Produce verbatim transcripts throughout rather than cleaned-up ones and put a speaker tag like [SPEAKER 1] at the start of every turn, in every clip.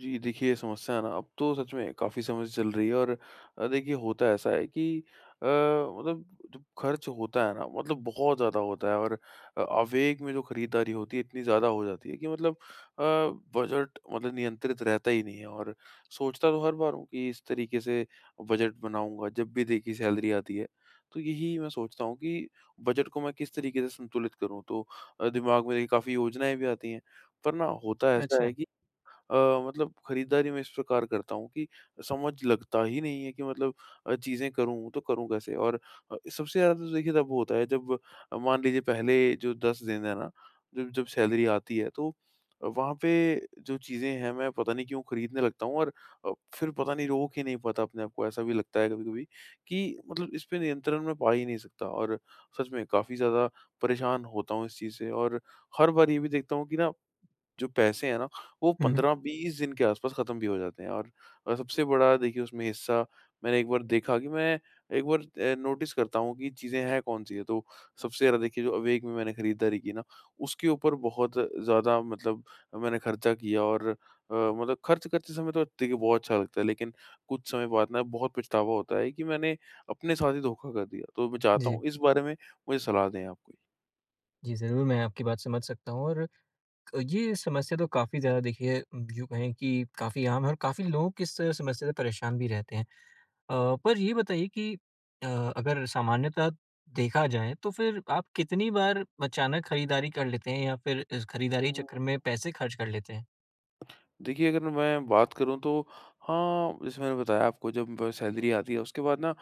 [SPEAKER 1] जी, देखिए, ये समस्या है ना, अब तो सच में काफ़ी समय से चल रही है, और अ, देखिए, होता ऐसा है कि अ, मतलब जब खर्च होता है ना, मतलब बहुत ज़्यादा होता है। और अ, आवेग में जो खरीदारी होती है, इतनी ज़्यादा हो जाती है कि मतलब अ, बजट मतलब नियंत्रित रहता ही नहीं है। और सोचता तो हर बार हूँ कि इस तरीके से बजट बनाऊँगा, जब भी देखिए सैलरी आती है। तो यही मैं सोचता हूँ कि बजट को मैं किस तरीके से संतुलित करूँ, तो अ, दिमाग में देखिए काफ़ी योजनाएँ भी आती हैं, पर ना होता ऐसा
[SPEAKER 2] अच्छा।
[SPEAKER 1] है कि अ, मतलब खरीदारी मैं इस प्रकार करता हूँ कि समझ लगता ही नहीं है कि मतलब अ, चीज़ें करूँ तो करूँ कैसे? और अ, सबसे ज़्यादा तो देखिए तब होता है जब अ, मान लीजिए पहले जो दस दिन है ना, जब जब सैलरी आती है, तो अ, वहाँ पे जो चीज़ें हैं मैं पता नहीं क्यों खरीदने लगता हूँ, और अ, फिर पता नहीं रोक ही नहीं पाता अपने आप को। ऐसा भी लगता है कभी-कभी कि मतलब इस पे नियंत्रण मैं पा ही नहीं सकता, और सच में काफ़ी ज़्यादा परेशान होता हूँ इस चीज़ से। और हर बार ये भी देखता हूँ कि ना जो पैसे हैं ना, वो
[SPEAKER 2] हुँ, हुँ।
[SPEAKER 1] पंद्रह बीस दिन के आस-पास खत्म भी हो जाते हैं। और अ, सबसे बड़ा देखिए उसमें हिस्सा, मैंने एक बार देखा कि मैं एक बार अ, नोटिस करता हूँ कि चीज़ें हैं कौन-सी है, तो सबसे ज़्यादा देखिए जो अवेक में मैंने खरीदारी की ना, उसके ऊपर बहुत ज़्यादा मतलब मैंने खर्चा किया। और अ, मतलब खर्च करते समय तो देखिए बहुत अच्छा लगता है, लेकिन कुछ समय बाद ना बहुत पछतावा होता है कि मैंने अपने साथ ही धोखा कर दिया। तो मैं चाहता
[SPEAKER 2] जी।
[SPEAKER 1] हूँ इस बारे में मुझे सलाह दें आप
[SPEAKER 2] जी, ज़रूर मैं आपकी बात समझ सकता हूँ और क- ये समस्या तो काफ़ी ज़्यादा देखिए, यूँ कहें कि काफ़ी आम है, और काफ़ी लोग इस समस्या से परेशान भी रहते हैं। अ, पर ये बताइए कि अ, अगर सामान्यतः देखा जाए, तो फिर आप कितनी बार अचानक खरीदारी कर लेते हैं या फिर इस खरीदारी चक्कर
[SPEAKER 1] कोई।
[SPEAKER 2] में पैसे खर्च कर लेते हैं?
[SPEAKER 1] देखिए, अगर मैं बात करूँ तो हाँ, जैसे मैंने बताया आपको जब सैलरी आती है उसके बाद ना अ,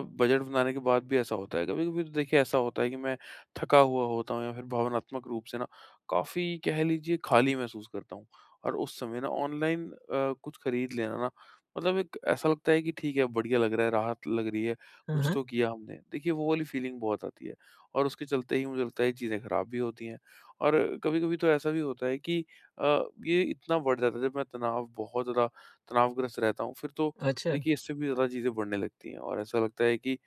[SPEAKER 1] बजट बनाने के बाद भी ऐसा होता है। कभी-कभी तो देखिए ऐसा होता है कि मैं थका हुआ होता हूँ या फिर भावनात्मक रूप से ना काफ़ी कह लीजिए खाली महसूस करता हूँ। और उस समय ना ऑनलाइन अ, कुछ खरीद लेना ना मतलब एक ऐसा लगता है कि ठीक है, बढ़िया लग रहा है, राहत लग रही है,
[SPEAKER 2] हुँ,
[SPEAKER 1] कुछ
[SPEAKER 2] हुँ।
[SPEAKER 1] तो किया हमने। देखिए वो वाली फीलिंग बहुत आती है, और उसके चलते ही मुझे लगता है चीज़ें खराब भी होती हैं। और कभी-कभी तो ऐसा भी होता है कि अ, ये इतना बढ़ जाता है जब मैं तनाव बहुत ज़्यादा तनावग्रस्त रहता हूँ, फिर तो
[SPEAKER 2] अच्छा।
[SPEAKER 1] देखिए इससे भी ज़्यादा चीज़ें बढ़ने लगती हैं, और ऐसा लगता है कि अ,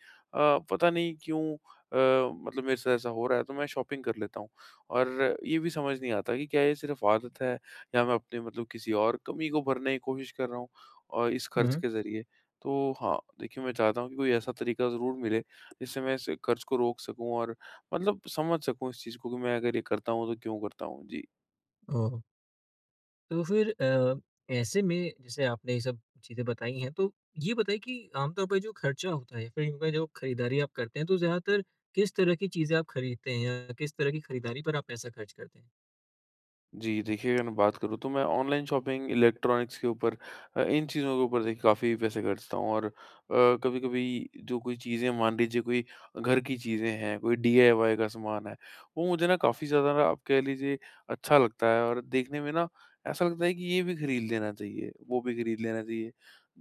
[SPEAKER 1] पता नहीं क्यों अ, मतलब मेरे साथ ऐसा हो रहा है, तो मैं शॉपिंग कर लेता हूँ। और ये भी समझ नहीं आता कि क्या ये सिर्फ आदत है या मैं अपने मतलब किसी और कमी को भरने की कोशिश कर रहा हूँ, और इस
[SPEAKER 2] हुँ,
[SPEAKER 1] खर्च
[SPEAKER 2] हुँ।
[SPEAKER 1] के ज़रिए। तो हाँ, देखिए मैं चाहता हूँ कि कोई ऐसा तरीका ज़रूर मिले जिससे मैं इस खर्च को रोक सकूँ, और मतलब समझ सकूँ इस चीज़ को कि मैं अगर ये करता हूँ तो क्यों करता हूँ? जी।
[SPEAKER 2] ओह! तो फिर अ, ऐसे में, जैसे आपने ये सब चीज़ें बताई हैं, तो ये बताइए कि आमतौर पे जो खर्चा होता है या फिर इनका जो खरीदारी आप करते हैं, तो ज़्यादातर किस तरह की चीज़ें आप खरीदते हैं, या किस तरह की खरीदारी पर आप पैसा खर्च करते हैं?
[SPEAKER 1] जी, देखिए अगर मैं बात करूँ तो मैं ऑनलाइन शॉपिंग, इलेक्ट्रॉनिक्स के ऊपर अ, इन चीज़ों के ऊपर देखिए काफ़ी पैसे खर्चता हूँ। और अ, कभी-कभी जो कोई चीज़ें मान लीजिए कोई घर की चीज़ें हैं, कोई डीआईवाई का सामान है, वो मुझे ना काफ़ी ज़्यादा ना आप कह लीजिए अच्छा लगता है, और देखने में ना ऐसा लगता है कि ये भी खरीद लेना चाहिए, वो भी खरीद लेना चाहिए।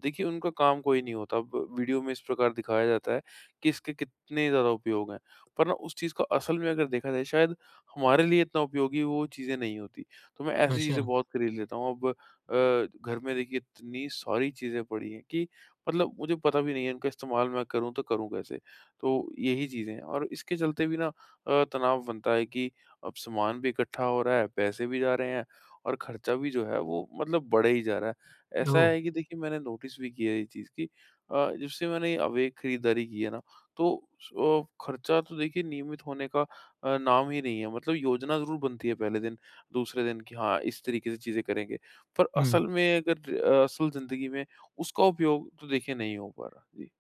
[SPEAKER 1] देखिए उनका काम कोई नहीं होता, अब वीडियो में इस प्रकार दिखाया जाता है कि इसके कितने ज़्यादा उपयोग हैं, पर ना उस चीज़ का असल में अगर देखा जाए शायद हमारे लिए इतना उपयोगी वो चीज़ें नहीं होती। तो मैं ऐसी चीज़ें
[SPEAKER 2] अच्छा।
[SPEAKER 1] बहुत खरीद लेता हूँ। अब अ, घर में देखिए इतनी सारी चीज़ें पड़ी हैं कि मतलब मुझे पता भी नहीं है इनका इस्तेमाल मैं करूँ तो करूँ कैसे? तो यही चीज़ें हैं, और इसके चलते भी ना अ, तनाव बनता है कि अब सामान भी इकट्ठा हो रहा है, पैसे भी जा रहे हैं, और खर्चा भी जो है वो मतलब बढ़े ही जा रहा है। ऐसा
[SPEAKER 2] ओह!
[SPEAKER 1] है कि देखिए मैंने नोटिस भी किया है ये चीज़ कि अ, जब से मैंने ये अवेग खरीदारी की है ना, तो स अ, खर्चा तो देखिए नियमित होने का अ, नाम ही नहीं है। मतलब योजना ज़रूर बनती है पहले दिन दूसरे दिन कि हाँ, इस तरीके से चीज़ें करेंगे। पर
[SPEAKER 2] हुँ,
[SPEAKER 1] असल में अगर अ, असल ज़िंदगी में उसका उपयोग तो देखिए नहीं हो पा रहा। जी।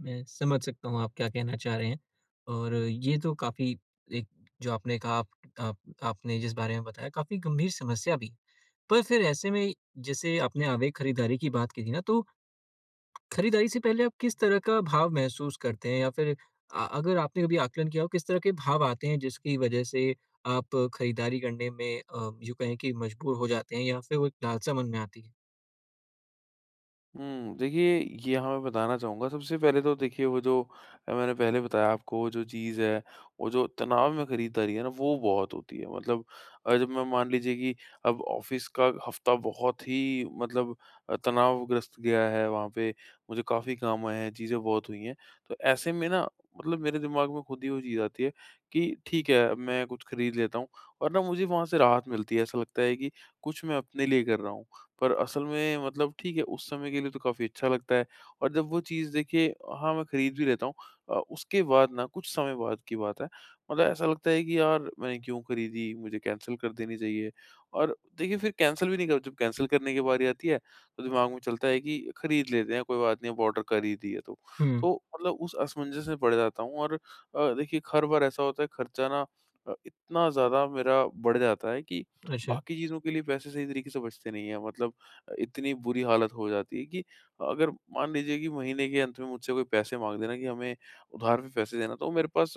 [SPEAKER 2] मैं समझ सकता हूँ आप क्या कहना चाह रहे हैं, और ये तो काफ़ी एक, जो आपने कहा आप आप आपने जिस बारे में बताया, काफ़ी गंभीर समस्या भी है। पर फिर ऐसे में, जैसे आपने आवेग खरीदारी की बात की थी ना, तो खरीदारी से पहले आप किस तरह का भाव महसूस करते हैं? या फिर अ, अगर आपने कभी आकलन किया हो, किस तरह के भाव आते हैं जिसकी वजह से आप खरीदारी करने में अ, यूँ कहें कि मजबूर हो जाते हैं, या फिर वो एक लालसा मन में आती है?
[SPEAKER 1] हुँ, देखिए ये हाँ, मैं बताना चाहूँगा सबसे पहले तो देखिए वो जो अ, मैंने पहले बताया आपको वो जो चीज़ है, वो जो तनाव में खरीदारी है ना वो बहुत होती है। मतलब अ, जब मैं मान लीजिए कि अब ऑफ़िस का हफ़्ता बहुत ही मतलब अ, तनावग्रस्त गया है, वहाँ पे मुझे काफ़ी काम आए हैं, चीज़ें बहुत हुई हैं। तो ऐसे में ना मतलब मेरे दिमाग में खुद ही वो चीज़ आती है कि ठीक है, अब मैं कुछ खरीद लेता हूँ, और ना मुझे वहाँ से राहत मिलती है। ऐसा लगता है कि कुछ मैं अपने लिए कर रहा हूँ। पर असल में मतलब ठीक है, उस समय के लिए तो काफ़ी अच्छा लगता है, और जब वो चीज़ देखिए हाँ, मैं खरीद भी लेता हूँ अ, उसके बाद ना कुछ समय बाद की बात है, मतलब ऐसा लगता है कि यार मैंने क्यों खरीदी? मुझे कैंसल कर देनी चाहिए। और देखिए फिर कैंसल भी नहीं कर जब कैंसल करने की बारी आती है, तो दिमाग में चलता है कि खरीद लेते हैं, कोई बात नहीं अब ऑर्डर कर ही दिया तो।
[SPEAKER 2] हुँ,
[SPEAKER 1] तो मतलब उस असमंजस में पड़ जाता हूँ, और अ, देखिए हर बार ऐसा होता है खर्चा ना अ, इतना ज़्यादा मेरा बढ़ जाता है कि
[SPEAKER 2] अच्छा।
[SPEAKER 1] बाकी चीज़ों के लिए पैसे सही तरीके से बचते नहीं हैं, मतलब अ, इतनी बुरी हालत हो जाती है कि अगर मान लीजिए कि महीने के अंत में मुझसे कोई पैसे माँग देना कि हमें उधार पे पैसे देना, तो मेरे पास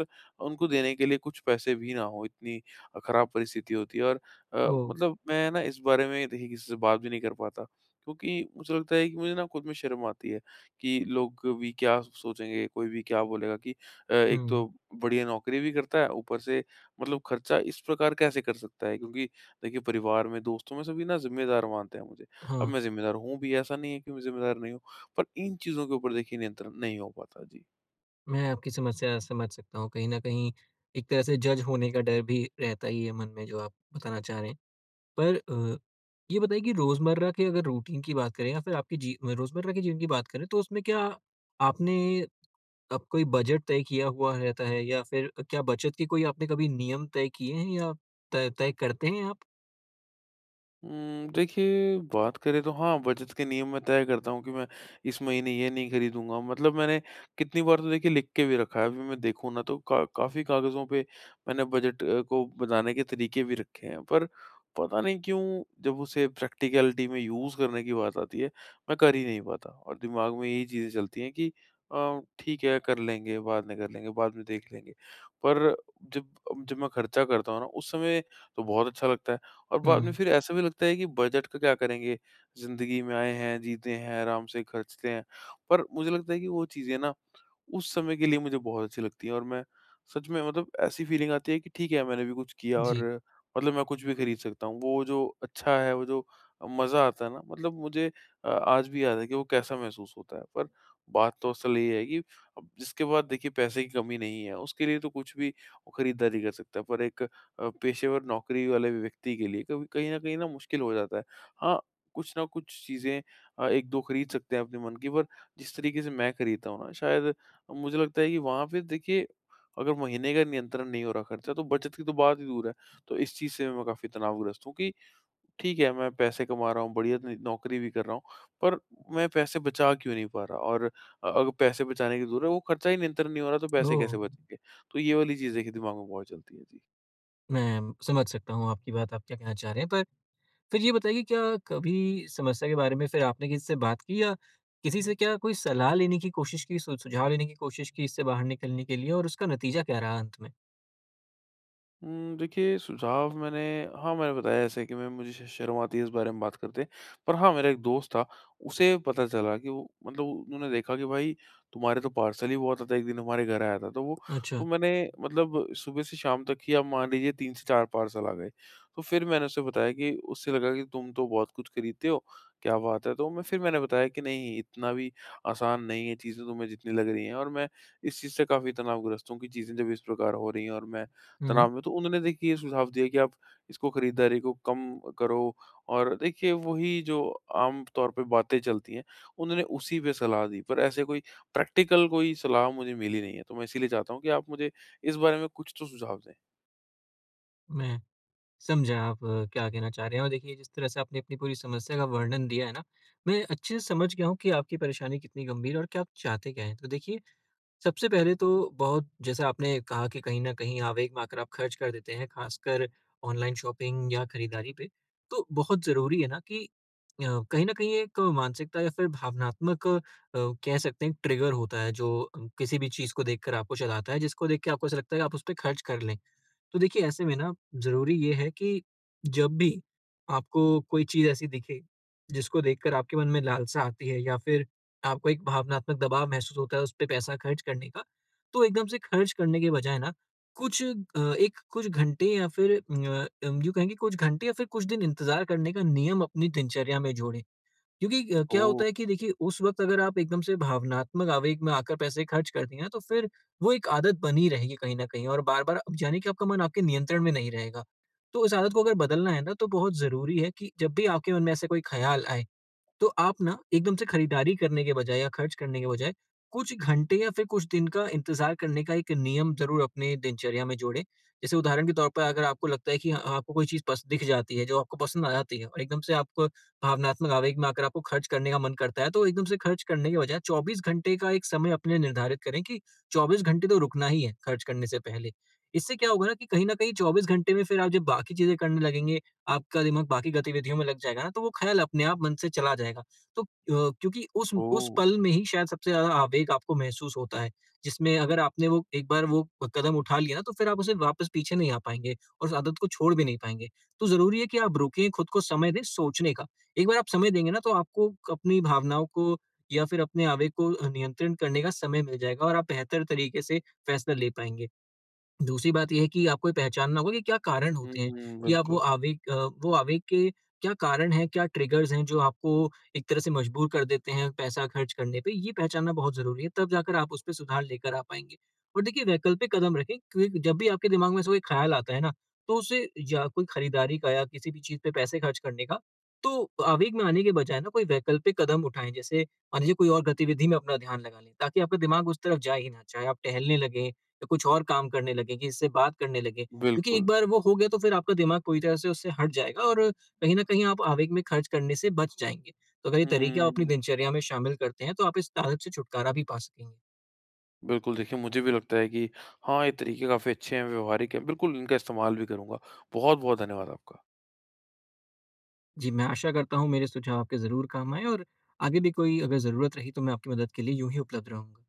[SPEAKER 1] उनको देने के लिए कुछ पैसे भी ना हो, इतनी अ, ख़राब परिस्थिति होती है। और अ,
[SPEAKER 2] ओह!
[SPEAKER 1] मतलब मैं ना इस बारे में देखिए किसी से बात भी नहीं कर पाता, क्योंकि मुझे लगता है कि मुझे ना खुद में शर्म आती है कि लोग भी क्या सोचेंगे, कोई भी क्या बोलेगा कि अ, एक तो
[SPEAKER 2] हुँ,
[SPEAKER 1] बढ़िया नौकरी भी करता है, ऊपर से मतलब खर्चा इस प्रकार कैसे कर सकता है, क्योंकि देखिए परिवार में, दोस्तों में सभी ना ज़िम्मेदार मानते हैं मुझे। अब
[SPEAKER 2] हाँ,
[SPEAKER 1] मैं ज़िम्मेदार हूँ भी, ऐसा नहीं है कि मैं ज़िम्मेदार नहीं हूँ, पर इन चीज़ों के ऊपर देखिए नियंत्रण नहीं हो पाता। जी।
[SPEAKER 2] मैं आपकी समस्या समझ सकता हूँ। कहीं न कहीं एक तरह से जज होने का डर भी रहता ही है मन में, जो आप बताना चाह रहे हैं। पर अ, ये बताइए कि रोज़मर्रा के अगर रूटीन की बात करें, या फिर आपके जी रोज़मर्रा के जीवन की बात करें, तो उसमें क्या आपने अब कोई बजट तय किया हुआ रहता है, या फिर क्या बचत के कोई आपने कभी नियम तय किए हैं, या तय तय करते हैं आप?
[SPEAKER 1] उम, देखिए बात करें तो हाँ, बचत के नियम मैं तय करता हूँ कि मैं इस महीने ये नहीं खरीदूँगा। मतलब मैंने कितनी बार तो देखिए लिख के भी रखा है। अभी मैं देखूँ ना तो का काफ़ी कागज़ों पे मैंने बजट अ, को बनाने के तरीके भी रखे हैं। पर पता नहीं क्यों जब उसे प्रैक्टिकैलिटी में यूज़ करने की बात आती है, मैं कर ही नहीं पाता, और दिमाग में यही चीज़ें चलती हैं कि अ, ठीक है कर लेंगे, बाद में कर लेंगे, बाद में देख लेंगे। पर जब जब मैं खर्चा करता हूँ ना उस समय तो बहुत अच्छा लगता है। और बाद में
[SPEAKER 2] हुँ,
[SPEAKER 1] फिर ऐसा भी लगता है कि बजट का क्या करेंगे? ज़िंदगी में आए हैं, जीते हैं, आराम से खर्चते हैं। पर मुझे लगता है कि वो चीज़ें ना उस समय के लिए मुझे बहुत अच्छी लगती है, और मैं सच में मतलब ऐसी फीलिंग आती है कि ठीक है मैंने भी कुछ किया,
[SPEAKER 2] जी।
[SPEAKER 1] और मतलब मैं कुछ भी खरीद सकता हूँ। वो जो अच्छा है, वो जो मज़ा आता है ना मतलब मुझे अ, आज भी याद है कि वो कैसा महसूस होता है। पर बात तो असल ये है कि अब जिसके पास देखिए पैसे की कमी नहीं है, उसके लिए तो कुछ भी वो खरीदारी कर सकता है। पर एक अ, पेशेवर नौकरी वाले व्यक्ति के लिए कभी कहीं न कहीं ना मुश्किल हो जाता है। हाँ, कुछ ना कुछ चीज़ें अ, एक दो खरीद सकते हैं अपने मन की, पर जिस तरीके से मैं खरीदता हूँ ना शायद मुझे लगता है कि वहाँ पे देखिए अगर महीने का नियंत्रण नहीं हो रहा खर्चा, तो बचत की तो बात ही दूर है। तो इस चीज़ से मैं काफ़ी तनावग्रस्त हूँ कि ठीक है मैं पैसे कमा रहा हूँ, बढ़िया न नौकरी भी कर रहा हूँ, पर मैं पैसे बचा क्यों नहीं पा रहा, और अ, अगर पैसे बचाने की दूर है, वो खर्चा ही नियंत्रण नहीं हो रहा, तो पैसे
[SPEAKER 2] ओह!
[SPEAKER 1] कैसे बचेंगे? तो ये वाली चीज़ देखिए दिमाग में बहुत चलती है। जी।
[SPEAKER 2] मैं समझ सकता हूँ आपकी बात, आप क्या कहना चाह रहे हैं। पर फिर ये बताइए, क्या कभी समस्या के बारे में फिर आपने किसी से बात की, या किसी से क्या कोई सलाह लेने की कोशिश की, सु सुझाव लेने की कोशिश की इससे बाहर निकलने के लिए, और उसका नतीजा क्या रहा अंत में?
[SPEAKER 1] हुँ, देखिए सुझाव मैंने हाँ, मैंने बताया ऐसे कि मैं मुझे श शर्म आती है इस बारे में बात करते। पर हाँ, मेरा एक दोस्त था, उसे पता चला कि वो मतलब उन्होंने देखा कि भाई तुम्हारे तो पार्सल ही बहुत आता है, एक दिन हमारे घर आया था। तो वो,
[SPEAKER 2] अच्छा।
[SPEAKER 1] तो मैंने मतलब सुबह से शाम तक ही आप मान लीजिए तीन से चार पार्सल आ गए। तो फिर मैंने उसे बताया कि उससे लगा कि तुम तो बहुत कुछ खरीदते हो, क्या बात है? तो मैं फिर मैंने बताया कि नहीं, इतना भी आसान नहीं है चीज़ें तुम्हें जितनी लग रही हैं, और मैं इस चीज़ से काफ़ी तनावग्रस्त हूँ कि चीज़ें जब इस प्रकार हो रही हैं और मैं
[SPEAKER 2] हुँ, हुँ।
[SPEAKER 1] तनाव में। तो उन्होंने देखिए ये सुझाव दिया कि आप इसको खरीदारी को कम करो, और देखिए वही जो आम तौर पे बातें चलती हैं, उन्होंने उसी पे सलाह दी। पर ऐसे कोई प्रैक्टिकल कोई सलाह मुझे मिली नहीं है, तो मैं इसीलिए चाहता हूँ कि आप मुझे इस बारे में कुछ तो सुझाव दें।
[SPEAKER 2] मैं समझा आप अ, क्या कहना चाह रहे हैं, और देखिए जिस तरह से आपने अपनी पूरी समस्या का वर्णन दिया है ना, मैं अच्छे से समझ गया हूँ कि आपकी परेशानी कितनी गंभीर है और क्या आप चाहते क्या हैं। तो देखिए, सबसे पहले तो बहुत, जैसा आपने कहा कि कहीं न कहीं आवेग में आकर आप खर्च कर देते हैं, खासकर ऑनलाइन शॉपिंग या खरीदारी पे। तो बहुत ज़रूरी है ना कि अ, कहीं न कहीं एक मानसिकता या फिर भावनात्मक, अ, कह सकते हैं, ट्रिगर होता है, जो अ, किसी भी चीज़ को देखकर आपको चलाता है, जिसको देख के आपको ऐसा लगता है कि आप उस पे खर्च कर लें। तो देखिए, ऐसे में ना ज़रूरी ये है कि जब भी आपको कोई चीज़ ऐसी दिखे, जिसको देखकर आपके मन में लालसा आती है, या फिर आपको एक भावनात्मक दबाव महसूस होता है उस पे पैसा खर्च करने का, तो एकदम से खर्च करने के बजाय ना कुछ अ, एक, कुछ घंटे या फिर अ, अम, यूँ कहें कि कुछ घंटे या फिर कुछ दिन इंतज़ार करने का नियम अपनी दिनचर्या में जोड़ें। क्योंकि अ, क्या
[SPEAKER 1] ओह!
[SPEAKER 2] होता है कि देखिए, उस वक़्त अगर आप एकदम से भावनात्मक आवेग में आकर पैसे खर्च कर दिए ना, तो फिर वो एक आदत बनी रहेगी कहीं न कहीं, और बार-बार अब जाने कि आपका मन आपके नियंत्रण में नहीं रहेगा। तो इस आदत को अगर बदलना है ना, तो बहुत ज़रूरी है कि जब भी आपके मन में ऐसा कोई ख़्याल आए, तो आप ना एकदम से खरीदारी करने के बजाय या खर्च करने के बजाय कुछ घंटे या फिर कुछ दिन का इंतज़ार करने का एक नियम ज़रूर अपने दिनचर्या में जोड़ें। जैसे उदाहरण के तौर पर, अगर आपको लगता है कि अ, आपको कोई चीज़ पस दिख जाती है, जो आपको पसंद आ जाती है, और एकदम से आपको भावनात्मक आवेग में आकर आपको खर्च करने का मन करता है, तो एकदम से खर्च करने के बजाय चौबीस घंटे का एक समय अपने निर्धारित करें, कि चौबीस घंटे तो रुकना ही है खर्च करने से पहले। इससे क्या होगा ना, कि कहीं न कहीं चौबीस घंटे में फिर आप जब बाकी चीज़ें करने लगेंगे, आपका दिमाग बाकी गतिविधियों में लग जाएगा ना, तो वो ख़्याल अपने आप मन से चला जाएगा। तो अ, क्योंकि उस उस
[SPEAKER 1] ओह!
[SPEAKER 2] पल में ही शायद सबसे ज़्यादा आवेग आपको महसूस होता है, जिसमें अगर आपने वो एक बार वो कदम उठा लिया ना, तो फिर आप उसे वापस पीछे नहीं आ पाएँगे और उस आदत को छोड़ भी नहीं पाएँगे। तो ज़रूरी है कि आप रुकें, खुद को समय दें सोचने का। एक बार आप समय देंगे ना, तो आपको अपनी भावनाओं को या फिर अपने आवेग को नियंत्रण करने का समय मिल जाएगा, और आप बेहतर तरीके से फैसला ले पाएंगे। दूसरी बात ये है कि आपको ये पहचानना होगा कि क्या कारण होते हैं,
[SPEAKER 1] हुँ,
[SPEAKER 2] कि आप वो
[SPEAKER 1] बिल्कुल,
[SPEAKER 2] आवेग, अ, वो आवेग के क्या कारण हैं, क्या ट्रिगर्स हैं जो आपको एक तरह से मजबूर कर देते हैं पैसा खर्च करने पे। ये पहचानना बहुत ज़रूरी है, तब जाकर आप उसपे सुधार लेकर आ पाएँगे। और देखिए, वैकल्पिक कदम रखें, क्योंकि जब भी आपके दिमाग में ऐसा कोई ख़्याल आता है ना, तो उसे, या कोई खरीदारी का या किसी भी चीज़ पे पैसे खर्च करने का, तो आवेग में आने के बजाय ना कोई वैकल्पिक कदम उठाएँ। जैसे मान लीजिए, कोई और गतिविधि में अपना ध्यान लगा लें, ताकि आपका दिमाग उस तरफ जा ही ना, चाहे आप टहलने लगें, या कुछ और काम करने लगे, किसी से बात करने लगे। क्योंकि एक
[SPEAKER 1] बिल्कुल।
[SPEAKER 2] बार वो हो गया, तो फिर आपका दिमाग पूरी तरह से उससे हट जाएगा, और कहीं न कहीं आप आवेग में खर्च करने से बच जाएँगे। तो अगर ये तरीके आप अपनी
[SPEAKER 1] हुँ,
[SPEAKER 2] दिनचर्या में शामिल करते हैं, तो आप इस आदत से छुटकारा भी पा सकेंगे।
[SPEAKER 1] बिल्कुल देखिए मुझे भी लगता है कि हाँ, ये तरीके काफ़ी अच्छे हैं, व्यवहारिक हैं। बिल्कुल इनका इस्तेमाल भी करूँगा। बहुत-बहुत धन्यवाद आपका।
[SPEAKER 2] जी, मैं आशा करता हूँ मेरे सुझाव आपके ज़रूर काम आएँ, और आगे भी कोई अगर ज़रूरत रही, तो मैं आपकी मदद के लिए यूँ ही उपलब्ध रहूँगा।